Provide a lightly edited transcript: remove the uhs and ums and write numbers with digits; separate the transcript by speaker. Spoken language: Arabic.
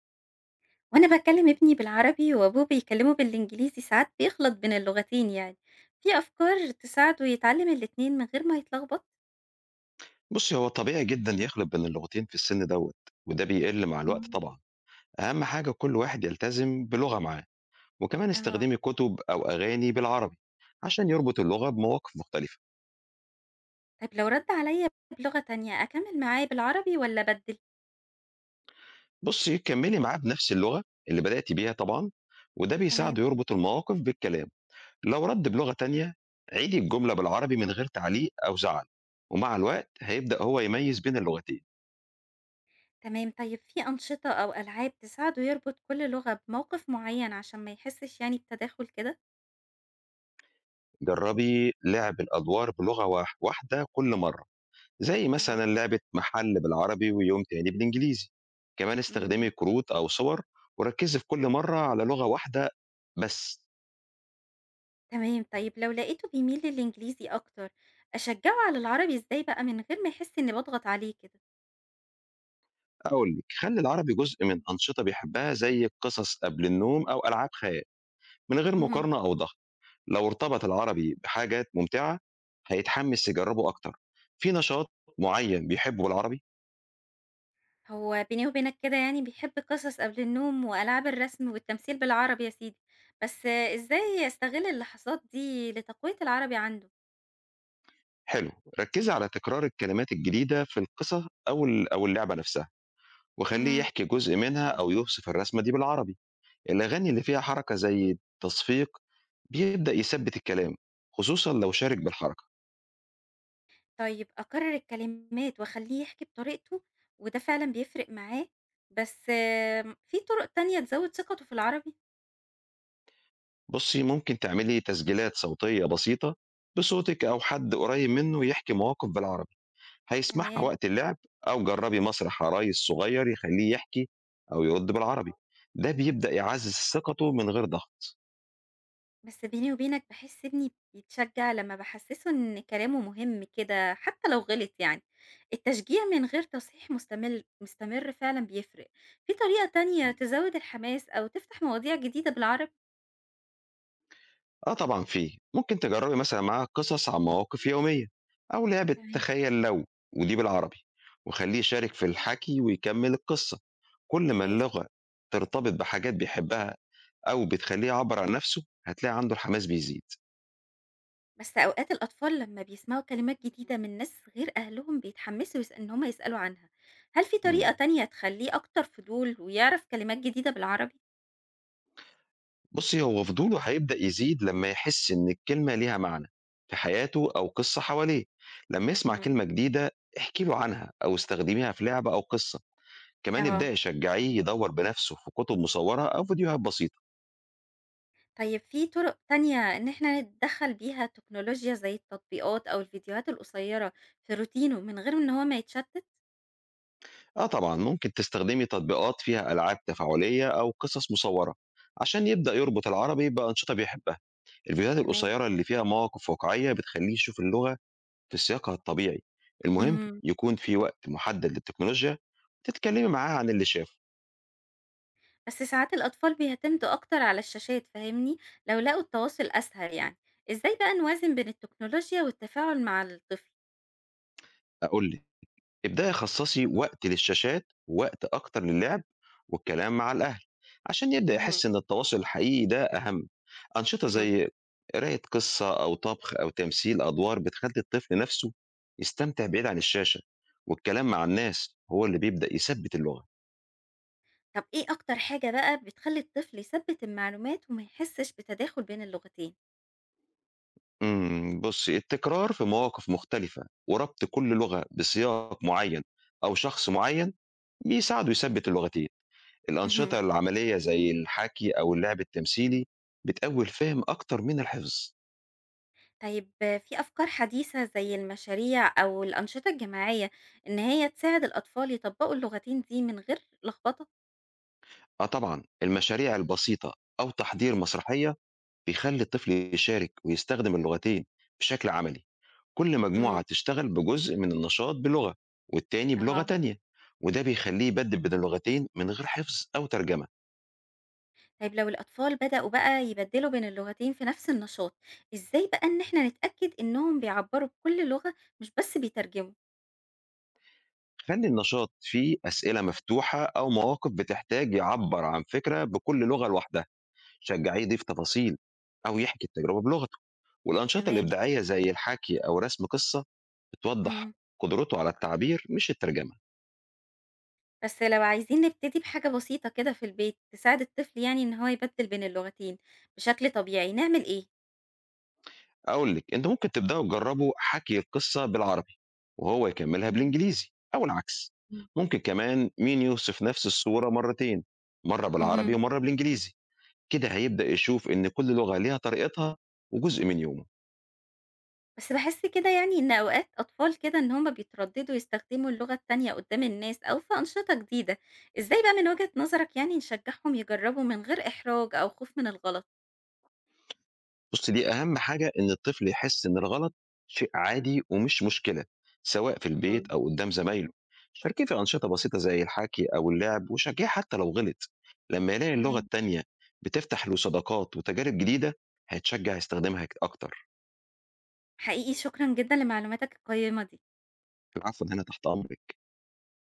Speaker 1: وأنا باكلّم ابني بالعربي وأبوه بيكلّمه بالإنجليزي، ساعات بيخلط بين اللغتين يعني، في أفكار تساعده يتعلّم الاتنين من غير ما يتلخبط؟
Speaker 2: بُصّي، هو طبيعي جدًا يخلط بين اللغتين في السِن دوّة، وده بيقِل مع الوقت
Speaker 1: إمم.
Speaker 2: طبعًا. أهم حاجة كل واحد يلتزم بلغة معاه، وكمان
Speaker 1: آه،
Speaker 2: استخدمي كُتب أو أغاني بالعربي عشان يربط اللغة بمواقف مختلفة.
Speaker 1: طيب لو رَد عليَّ بلغة تانية أكمّل معاه بالعربي والّا أبدّل؟
Speaker 2: بُصّي، كمّلي معاه بنفس اللغة اللي بدأتِ بيها طبعًا، وده
Speaker 1: تمام.
Speaker 2: بيساعده يربط المواقف بالكلام. لو رَد بلغة تانية، عيدي الجملة بالعربي من غير تعليق أو زعل، ومع الوقت هيبدأ هو يميّز بين اللغتين.
Speaker 1: تمام، طيب في أنشطة أو ألعاب تساعده يربط كل لغة بموقف معيّن عشان ما يحسّش يعني بتداخل كده؟
Speaker 2: جرّبي لعب الأدوار بلغة واحدة كل مرّة. زي
Speaker 1: آه،
Speaker 2: مثلًا لعبة محل بالعربي ويوم تاني بالإنجليزي، كمان
Speaker 1: إمم،
Speaker 2: استخدمي كروت أو صور وركّزي في كل مرّة على لغة واحدة بس.
Speaker 1: تمام، طيب لو لقيته بيميل للإنجليزي أكتر، أشجّعه على العربي إزاي بقى من غير ما يحس إني باضغط عليه كده؟
Speaker 2: أقول لِك خلّي العربي جزء من أنشطة بيحبها زي القصص قبل النوم أو ألعاب خيال، من غير
Speaker 1: اهم.
Speaker 2: مقارنة أو ضغط. لو ارتبط العربي بحاجات ممتعة هيتحمس يجرّبه أكتر، في نشاط معيّن بيحبه بالعربي؟
Speaker 1: هو بيني وبينك كده يعني بيحب قصص قبل النوم وألعاب الرسم والتمثيل بالعربي يا سيدي، بس إزاي أستغل اللحظات دي لتقوية العربي عنده؟
Speaker 2: حلو، ركّزي على تكرار الكلمات الجديدة في القصة أو اللعبة نفسها، وخلّيه
Speaker 1: مهم.
Speaker 2: يحكي جزء منها أو يوصف الرسمة دي بالعربي. الأغاني اللي
Speaker 1: مهم.
Speaker 2: فيها حركة زي التصفيق بيبدأ يثبِّت الكلام، خصوصًا لو شارك بالحركة.
Speaker 1: طيب أكرر الكلمات وأخليه يحكي بطريقته وده فعلا بيفرق معاه، بس في طرق تانية تزود ثقته في العربي؟
Speaker 2: بُصّي، ممكن تعملي تسجيلات صوتية بسيطة بصوتِك أو حد قريب منه يحكي مواقف بالعربي، هيسمعها
Speaker 1: تمام.
Speaker 2: وقت اللعب. أو جرّبي مسرح عرايس صغير يخلّيه يحكي أو يرُد بالعربي، ده بيبدأ يعزّز ثقته من غير ضغط.
Speaker 1: بس بيني وبينك باحس ابني بيتشجّع لمّا باحسّسه إن كلامه مهم كده حتى لو غلط يعني، التشجيع من غير تصحيح مستمر فعلًا بيفرق، في طريقة تانية تزوّد الحماس أو تفتح مواضيع جديدة بالعربي؟
Speaker 2: آه طبعًا في، ممكن تجرّبي مثلًا معاها قصص عن مواقف يومية أو لعبة
Speaker 1: تمام.
Speaker 2: تخيّل لو، ودي بالعربي، وخلّيه يشارك في الحكي ويكمّل القصة، كل ما
Speaker 1: ماشي،
Speaker 2: اللغة ترتبط بحاجات بيحبها أو بتخلّيه يعبّر عن نَفْسه، هتلاقي عنده الحماس بيزيد.
Speaker 1: بس أوقات الأطفال لمّا بيسمعوا كلمات جديدة من ناس غير أهلهم بيتحمّسوا إن هم يسألوا عنها، هل في
Speaker 2: إمم.
Speaker 1: طريقة تانية تخلّيه أكتر فضول ويعرف كلمات جديدة بالعربي؟
Speaker 2: بُصّي، هو فضوله هيبدأ يزيد لمّا يحس إن الكلمة ليها معنى في حياته أو قصة حواليه، لمّا يسمع
Speaker 1: إمم.
Speaker 2: كلمة جديدة احكي له عنها أو استخدميها في لعبة أو قصة. كمان
Speaker 1: آه.
Speaker 2: ابدأي شجعيه يدوّر بنفسه في كُتب مصوّرة أو فيديوهات بسيطة.
Speaker 1: طيب في طُرق تانية إن إحنا نتدخّل بيها التكنولوجيا زي التطبيقات أو الفيديوهات القصيرة في روتينه من غير إن هو ما يتشتت؟
Speaker 2: آه طبعًا، ممكن تستخدمي تطبيقات فيها ألعاب تفاعلية أو قصص مصوّرة عشان يبدأ يربط العربي بأنشطة بيحبها. الفيديوهات
Speaker 1: تمام.
Speaker 2: القصيّرة اللي فيها مواقف واقعية بتخلّيه يشوف اللغة في سياقها الطبيعي. المهم
Speaker 1: اهم،
Speaker 2: يكون في وقت محدد للتكنولوجيا، تتكلّمي معاه عن اللي شافه.
Speaker 1: بس ساعات الأطفال بيعتمدوا أكتر على الشاشات فاهمني، لو لقوا التواصل أسهل يعني، إزاي بقى نوازن بين التكنولوجيا والتفاعل مع الطفل؟
Speaker 2: أقول لِك ابدأي خصصي وقت للشاشات ووقت أكتر للعب والكلام مع الأهل عشان يبدأ
Speaker 1: اهم،
Speaker 2: يحس إن التواصل الحقيقي ده أهم. أنشطة
Speaker 1: اهم،
Speaker 2: زي قراية قصة أو طبخ أو تمثيل أدوار بتخلي الطفل نفسه يستمتع بعيد عن الشاشة والكلام مع الناس هو اللي بيبدأ يثبت اللغة.
Speaker 1: طب إيه أكتر حاجة بقى بتخلّي الطفل يثبّت المعلومات وما يحسّش بتداخل بين اللغتين؟
Speaker 2: بص التكرار في مواقف مختلفة وربط كل لغة بسياق معين أو شخص معين بيساعده يثبت اللغتين.
Speaker 1: اهم.
Speaker 2: الأنشطة العملية زي الحكي أو اللعب التمثيلي بتقوي الفهم أكتر من الحفظ.
Speaker 1: طيب في أفكار حديثة زي المشاريع أو الأنشطة الجماعية إن هي تساعد الأطفال يطبقوا اللغتين دي من غير لخبطة؟
Speaker 2: آه طبعًا المشاريع البسيطة أو تحضير مسرحية بيخلي الطفل يشارك ويستخدم اللغتين بشكل عملي. كل مجموعة
Speaker 1: إمم،
Speaker 2: تشتغل بجزء من النشاط بلغة والتاني بلغة
Speaker 1: آه،
Speaker 2: تانية، وده بيخليه يبدل بين اللغتين من غير حفظ أو ترجمة.
Speaker 1: طيب لو الأطفال بدأوا بقى يبدّلوا بين اللغتين في نفس النشاط، إزاي بقى إن إحنا نتأكد إنهم بيعبّروا بكل لغة مش بس بيترجموا؟
Speaker 2: خلي النشاط فيه أسئلة مفتوحة أو مواقف بتحتاج يعبر عن فكرة بكل لغة لوحدها. شجّعيه يضيف تفاصيل أو يحكي التجربة بلغته، والأنشطة
Speaker 1: تمام،
Speaker 2: الإبداعية زي الحكي أو رسم قصة بتوضّح
Speaker 1: إمم،
Speaker 2: قدرته على التعبير مش الترجمة.
Speaker 1: بس لو عايزين نبتدي بحاجة بسيطة كده في البيت تساعد الطفل يعني إن هو يبدّل بين اللغتين بشكل طبيعي، نعمل إيه؟
Speaker 2: أقول لِك أنتم ممكن تبدأوا تجرّبوا حكي القصة بالعربي وهو يكمّلها
Speaker 1: تمام،
Speaker 2: بالإنجليزي أو العكس،
Speaker 1: إمم،
Speaker 2: ممكن كمان مين يوصف نفس الصورة مرّتين، مرّة بالعربي
Speaker 1: اهم.
Speaker 2: ومرّة بالإنجليزي، كده هيبدأ يشوف إن كل لغة ليها طريقتها وجزء من يومه.
Speaker 1: بس باحس كده يعني إن أوقات أطفال كده إن هُم بيترددوا يستخدموا اللغة التانية قدّام الناس أو في أنشطة جديدة، إزاي بقى من وجهة نظرك يعني نشجعهم يجربوا من غير إحراج أو خوف من الغلط؟
Speaker 2: بُصّي، دي أهم حاجة إن الطفل يحس إن الغلط شيء عادي ومش مشكلة، سواء في البيت
Speaker 1: اهم.
Speaker 2: أو قدّام زمايله. شاركيه في أنشطة بسيطة زي الحَكي أو اللعب وشجّعيه حتى لو غلط. لمّا يلاقي اللغة
Speaker 1: تمام،
Speaker 2: التانية بتفتح له صداقات وتجارب جديدة، هيتشجّع يستخدمها أكتر.
Speaker 1: حقيقي شكرًا جدًا لمعلوماتك القيّمة دي.
Speaker 2: العفو، أنا هنا تحت أمرِك.